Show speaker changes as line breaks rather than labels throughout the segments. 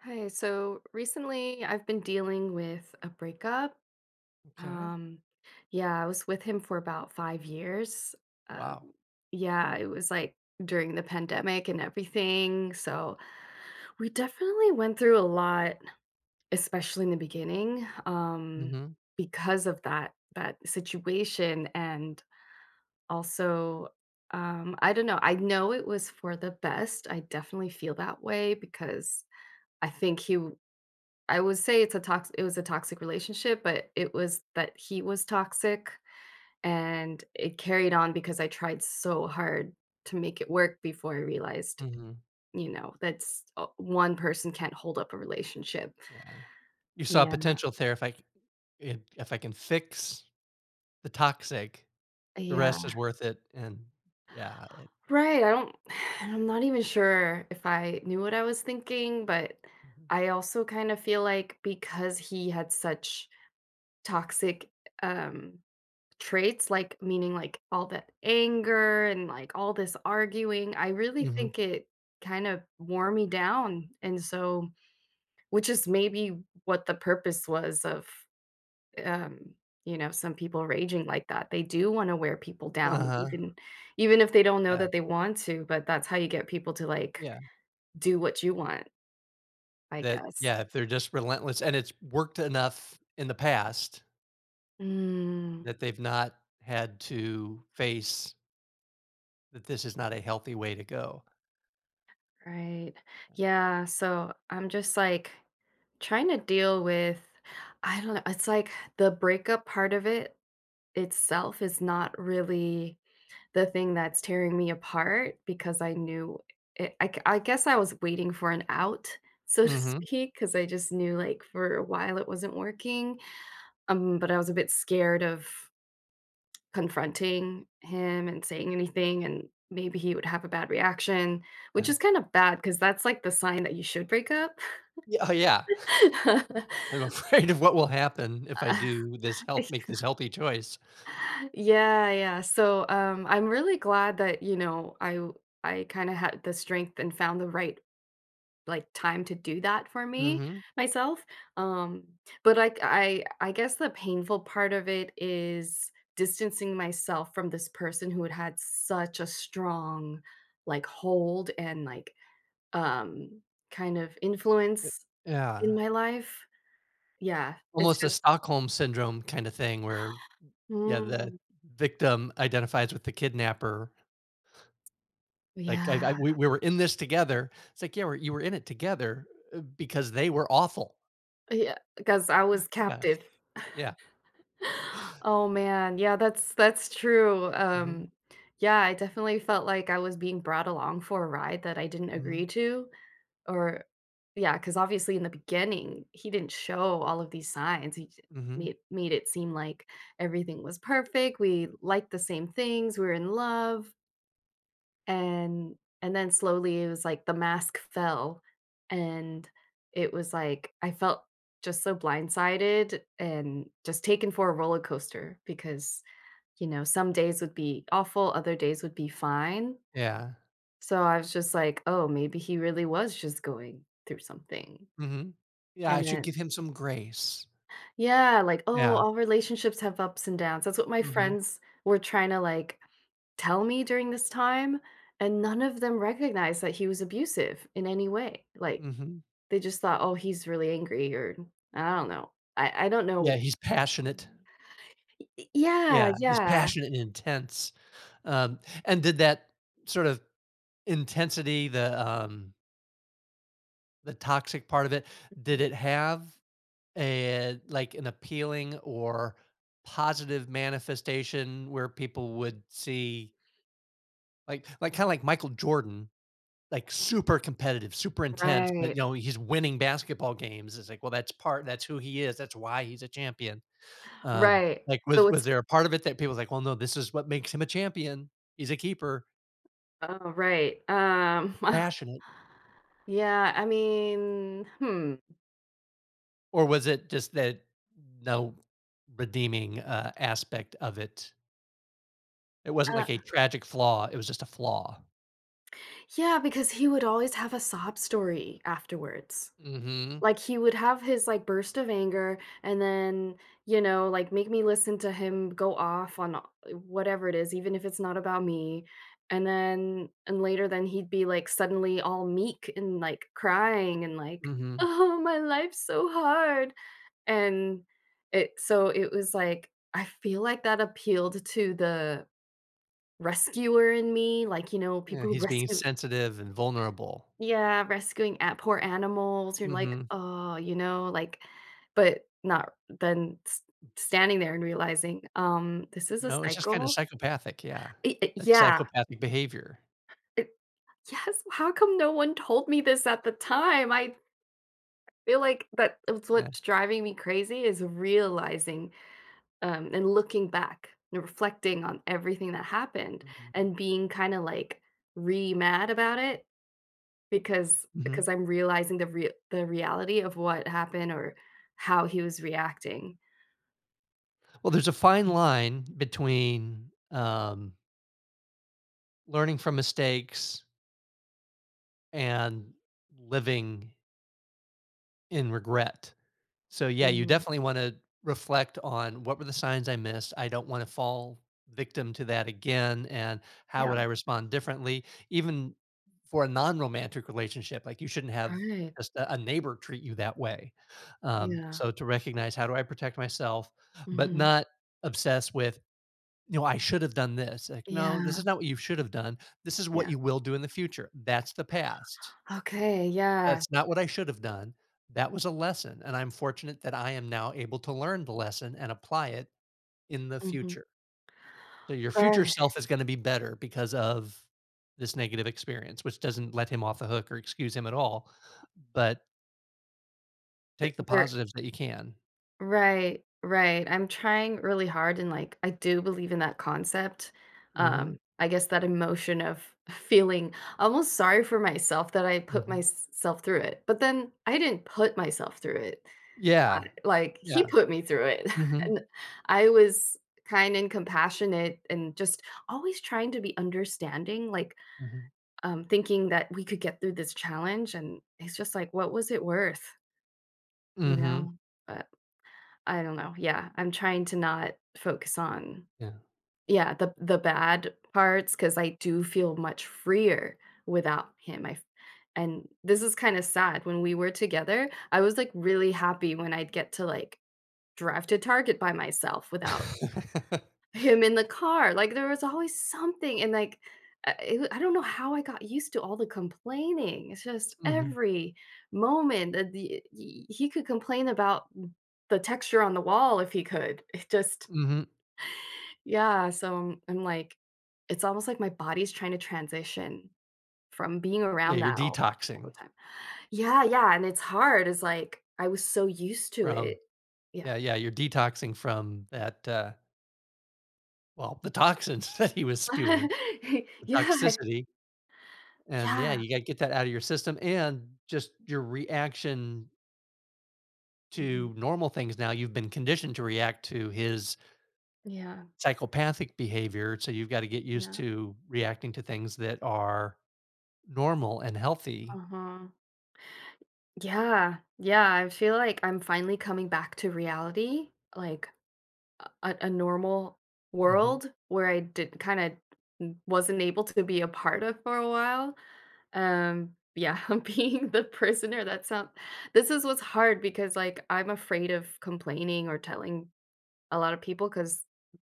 Hi, so recently I've been dealing with a breakup.
Okay.
Um, yeah, I was with him for about 5 years. Um,
Wow.
yeah, it was like during the pandemic and everything. So we definitely went through a lot, especially in the beginning,
Mhm,
because of that situation. And also, I don't know, I know it was for the best. I definitely feel that way because I think he I would say it was a toxic relationship, but it was that he was toxic and it carried on because I tried so hard to make it work before I realized,
mhm,
that's one person can't hold up a relationship.
yeah. You saw
Yeah.
potential there if I c if I can fix the toxic, the rest is
Yeah.
worth it, and yeah, it
Right. I don't and I'm not even sure if I knew what I was thinking, but
hmm
I also kind of feel like because he had such toxic um traits, like meaning like all that anger and like all this arguing, I really
mhm.
think it kind of wore me down. And so, which is maybe what the purpose was of, um, you know, some people raging like that. They do want to wear people down,
Uh-huh,
even if they don't know
yeah,
that they want to, but that's how you get people to like
yeah.
do what you want, I
That
guess.
Yeah, if they're just relentless and it's worked enough in the past
Mm,
that they've not had to face that this is not a healthy way to go.
right. Yeah. So I'm just like, trying to deal with I don't know, it's like the breakup part of it itself is not really the thing that's tearing me apart because I knew it I g I guess I was waiting for an out, so to
Mhm,
speak, because I just knew, like, for a while it wasn't working, but I was a bit scared of confronting him and saying anything, and maybe he would have a bad reaction, which
yeah.
is kind of bad because that's, like, the sign that you should break up.
Yeah, oh, yeah. I'm afraid of what will happen if I do this help make this healthy choice.
Yeah, yeah. So I'm really glad that, you know, I kind of had the strength and found the right like time to do that for me
Mhm.
myself. Um but like I guess the painful part of it is distancing myself from this person who had such a strong like hold and like um kind of
Y
influence in
yeah.
my life. Yeah, it's
Almost a
just
Stockholm syndrome kinda thing where, yeah, the
mm,
victim identifies with the kidnapper. Like, I
yeah.
I we were in this together. It's like, yeah, we're you were in it together, because they were awful.
Yeah, because I was
Yeah,
captive.
yeah.
Oh man, yeah, that's true.
Mhm,
Yeah, I definitely felt like I was being brought along for a ride that I didn't
mhm,
agree to, or yeah, because obviously in the beginning he didn't show all of these signs.
mhm.
Made it seem like everything was perfect. We liked the same things. We were in love. And and then slowly it was like the mask fell, and it was like I felt just so blindsided and just taken for a roller coaster because, you know, some days would be awful, other days would be fine.
Yeah,
So I was just like, "Oh, maybe he really was just going through something."
mhm. Yeah, I
And
should
then
give him some grace.
yeah, like, "Oh,
Yeah.
all relationships have ups and downs." That's what my
Mhm,
friends were trying to, like, tell me during this time, and none of them recognized that he was abusive in any way. Like,
mhm.
they just thought, "Oh, he's really angry," or I don't know. I don't
Yeah,
know.
he's passionate.
Y Yeah,
Yeah, he's
yeah.
passionate and intense. Um, and did that sort of intensity, the, the toxic part of it, did
Mhm.
it have a like an appealing or positive manifestation where people would see like kinda like Michael Jordan, like super competitive, super intense, but
Right.
you know, he's winning basketball games. It's like, well, that's part that's who he is. That's why he's a champion.
Right.
Like
So
was
it's
there a part of it that people was like, well, no, this is what makes him a champion. He's a keeper,
oh, right.
passionate.
Yeah, I mean, hmm.
Or was it just that no redeeming aspect of it? It wasn't like a
Uh,
tragic flaw, it was just a flaw.
yeah, because he would always have a sob story afterwards.
Mhm.
Like, he would have his, like, burst of anger and then, you know, like, make me listen to him go off on a whatever it is, even if it's not about me, and later then he'd be, like, suddenly all meek and, like, crying and like,
Mhm.
"Oh, my life's so hard," and it so it was like I feel like that appealed to the rescuer in me, like, you know,
Yeah,
people who
he's being
rescue
sensitive and vulnerable.
yeah, rescuing at poor animals, you're like,
Mhm.
"Oh," you know, like but not then s standing there and realizing, this is a
No, it's just kinda
cycle.
psychopathic, yeah.
I
That's
Yeah,
psychopathic behavior.
it yes, how come no one told me this at the time? I feel like that is
Yeah.
what's driving me crazy is realizing, and looking back and reflecting on everything that happened
Mhm.
and being kinda, like, re-mad about it. Because
Mhm.
because I'm realizing the reality of what happened or how he was reacting.
Well, there's a fine line between, learning from mistakes and living in regret. So yeah, you
Mm.
definitely want to reflect on what were the signs I missed. I don't want to fall victim to that again. And how
Yeah.
would I respond differently? Even for a non-romantic relationship, like you shouldn't have
Right.
just a neighbor treat you that way.
Yeah.
So to recognize how do I protect myself, but
Mhm.
not obsess with you know I should have done this. Like no, this
Yeah.
is not what you should have done. This is what
Yeah.
you will do in the future. That's the past.
Okay, yeah.
That's not what I should have done. That was a lesson, and I'm fortunate that I am now able to learn the lesson and apply it in the
Mhm.
future. So your future
Right.
self is gonna be better because of this negative experience, which doesn't let him off the hook or excuse him at all, but
Th
take the
there
positives that you can.
Right, right. I'm trying really hard and, like, I do believe in that concept.
Mhm,
I guess that emotion of feeling almost sorry for myself that I put
mhm.
myself through it, but then I didn't put myself through it. I
Yeah,
Like, he
yeah.
put me through it,
Mhm,
and I was kind and compassionate and just always trying to be understanding, like,
mhm,
thinking that we could get through this challenge, and it's just like, what was it worth, you
mhm,
know? But I don't know, yeah, I'm trying to not focus on
yeah.
yeah, the bad parts because I do feel much freer without him, I f and this is kinda sad, when we were together, I was, like, really happy when I'd get to, like, drive to Target by myself without him in the car, like, there was always something, and, like, it wa I don't know how I got used to all the complaining, it's just
Mhm,
every moment that the he could complain about the texture on the wall if he could, it just
mhm.
yeah, so I'm like it's almost like my body's trying to transition from being
Yeah,
around
you're
that all the
detoxing
time. Yeah, yeah, and it's hard, it's like, I was so used to it.
from
Yeah.
yeah, yeah, you're detoxing from that, well, the toxins that he was spewing, the
Yeah.
toxicity, and yeah,
Yeah.
you gotta get that out of your system and just your reaction
Mhm.
to normal things now, you've been conditioned to react to his
Yeah.
psychopathic behavior, so you've gotta get used
Yeah.
to reacting to things that are normal and healthy.
Uh-huh. Yeah. Yeah, I feel like I'm finally coming back to reality, like a normal
Mhm.
world where I did kinda wasn't able to be a part of for a while. Yeah, being the prisoner, that's not this is what's hard because, like, I'm afraid of complaining or telling a lot of people because 'cause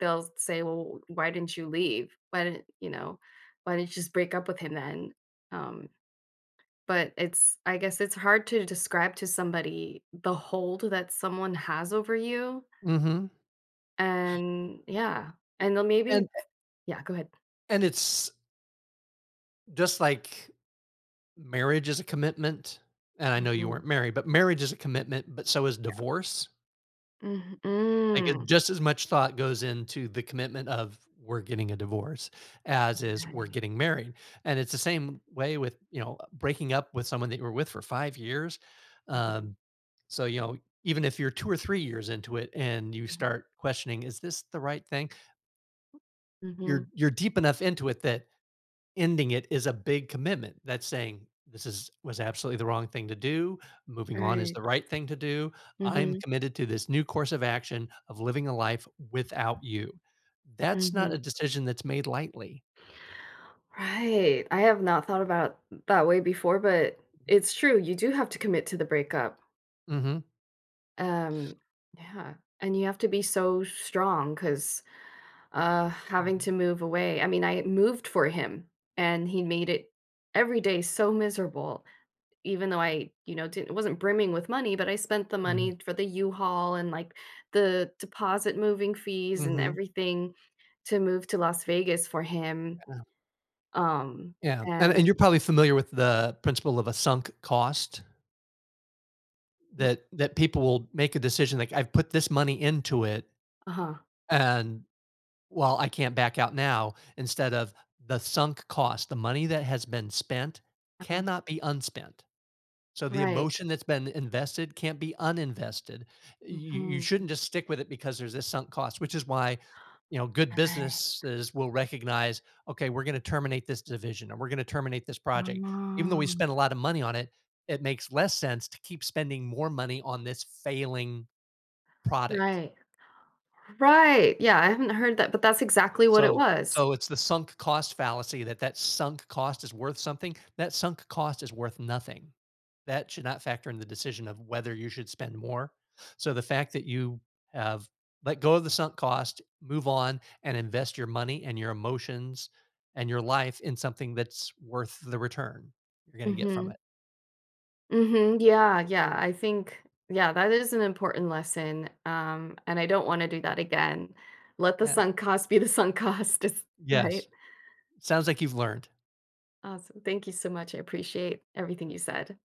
they'll say, "Well, why didn't you leave? Why didn't," you know, "why didn't you just break up with him then?" Um But it's I guess it's hard to describe to somebody the hold that someone has over you,
Mhm.
and yeah, and they'll
And
maybe yeah, go ahead.
and it's just like marriage is a commitment, and I know you
Mhm,
weren't married, but marriage is a commitment, but so is
yeah.
divorce.
Mhm,
Like, it
mm.
just as much thought goes into the commitment of we're getting a divorce as is we're
Right.
getting married, and it's the same way with, you know, breaking up with someone that you were with for 5 years,
Mhm,
um, so, you know, even if you're 2 or 3 years into it and you
mhm,
start questioning, "Is this the right thing?"
mhm.
You're deep enough into it that ending it is a big commitment. That's saying, "This is was absolutely the wrong thing to do. Moving on is
Right.
the right thing to do. I'm
Mhm,
committed to this new course of action of living a life without you." That's not a
mhm.
decision that's made lightly.
Right, I have not thought about that way before, but it's true, you do have to commit to the breakup.
Mhm.
Um, yeah, and you have to be so strong because. Having to
Mhm.
move away. I mean, I moved for him and he made it every day so miserable. Even though I, you know, didn't wasn't brimming with money, but I spent the
Mhm.
money for the U-Haul and like the deposit moving fees and
Mhm.
everything to move to Las Vegas for him.
Yeah.
Um,
Yeah,
and
and you're probably familiar with the principle of a sunk cost
mm,
that people will make a decision like, "I've put this money into it,
uh-huh,
and well, I can't back out now," instead of the sunk cost, the money that has been spent
uh-huh,
cannot be unspent. So the
right.
emotion that's been invested can't be uninvested. You
Mhm.
shouldn't just stick with it because there's this sunk cost, which is why you know good
Right.
businesses will recognize okay we're going to terminate this division and we're going to terminate this project even though we
Oh,
spent a lot of money on it. It makes less sense to keep spending more money on this failing product.
right. Right. Yeah, I haven't heard that, but that's exactly what it
So
was.
so it's the sunk cost fallacy that that sunk cost is worth something. That sunk cost is worth nothing. That should not factor in the decision of whether you should spend more. So the fact that you have let go of the sunk cost, move on and invest your money and your emotions and your life in something that's worth the return you're going to get from
Mhm.
it.
Mhm, yeah, yeah, I think yeah, that is an important lesson, and I don't wanna do that again. Let the
Yeah.
sunk cost be the sunk cost, is right?
Yes. Sounds like you've learned.
Awesome, thank you so much, I appreciate everything you said.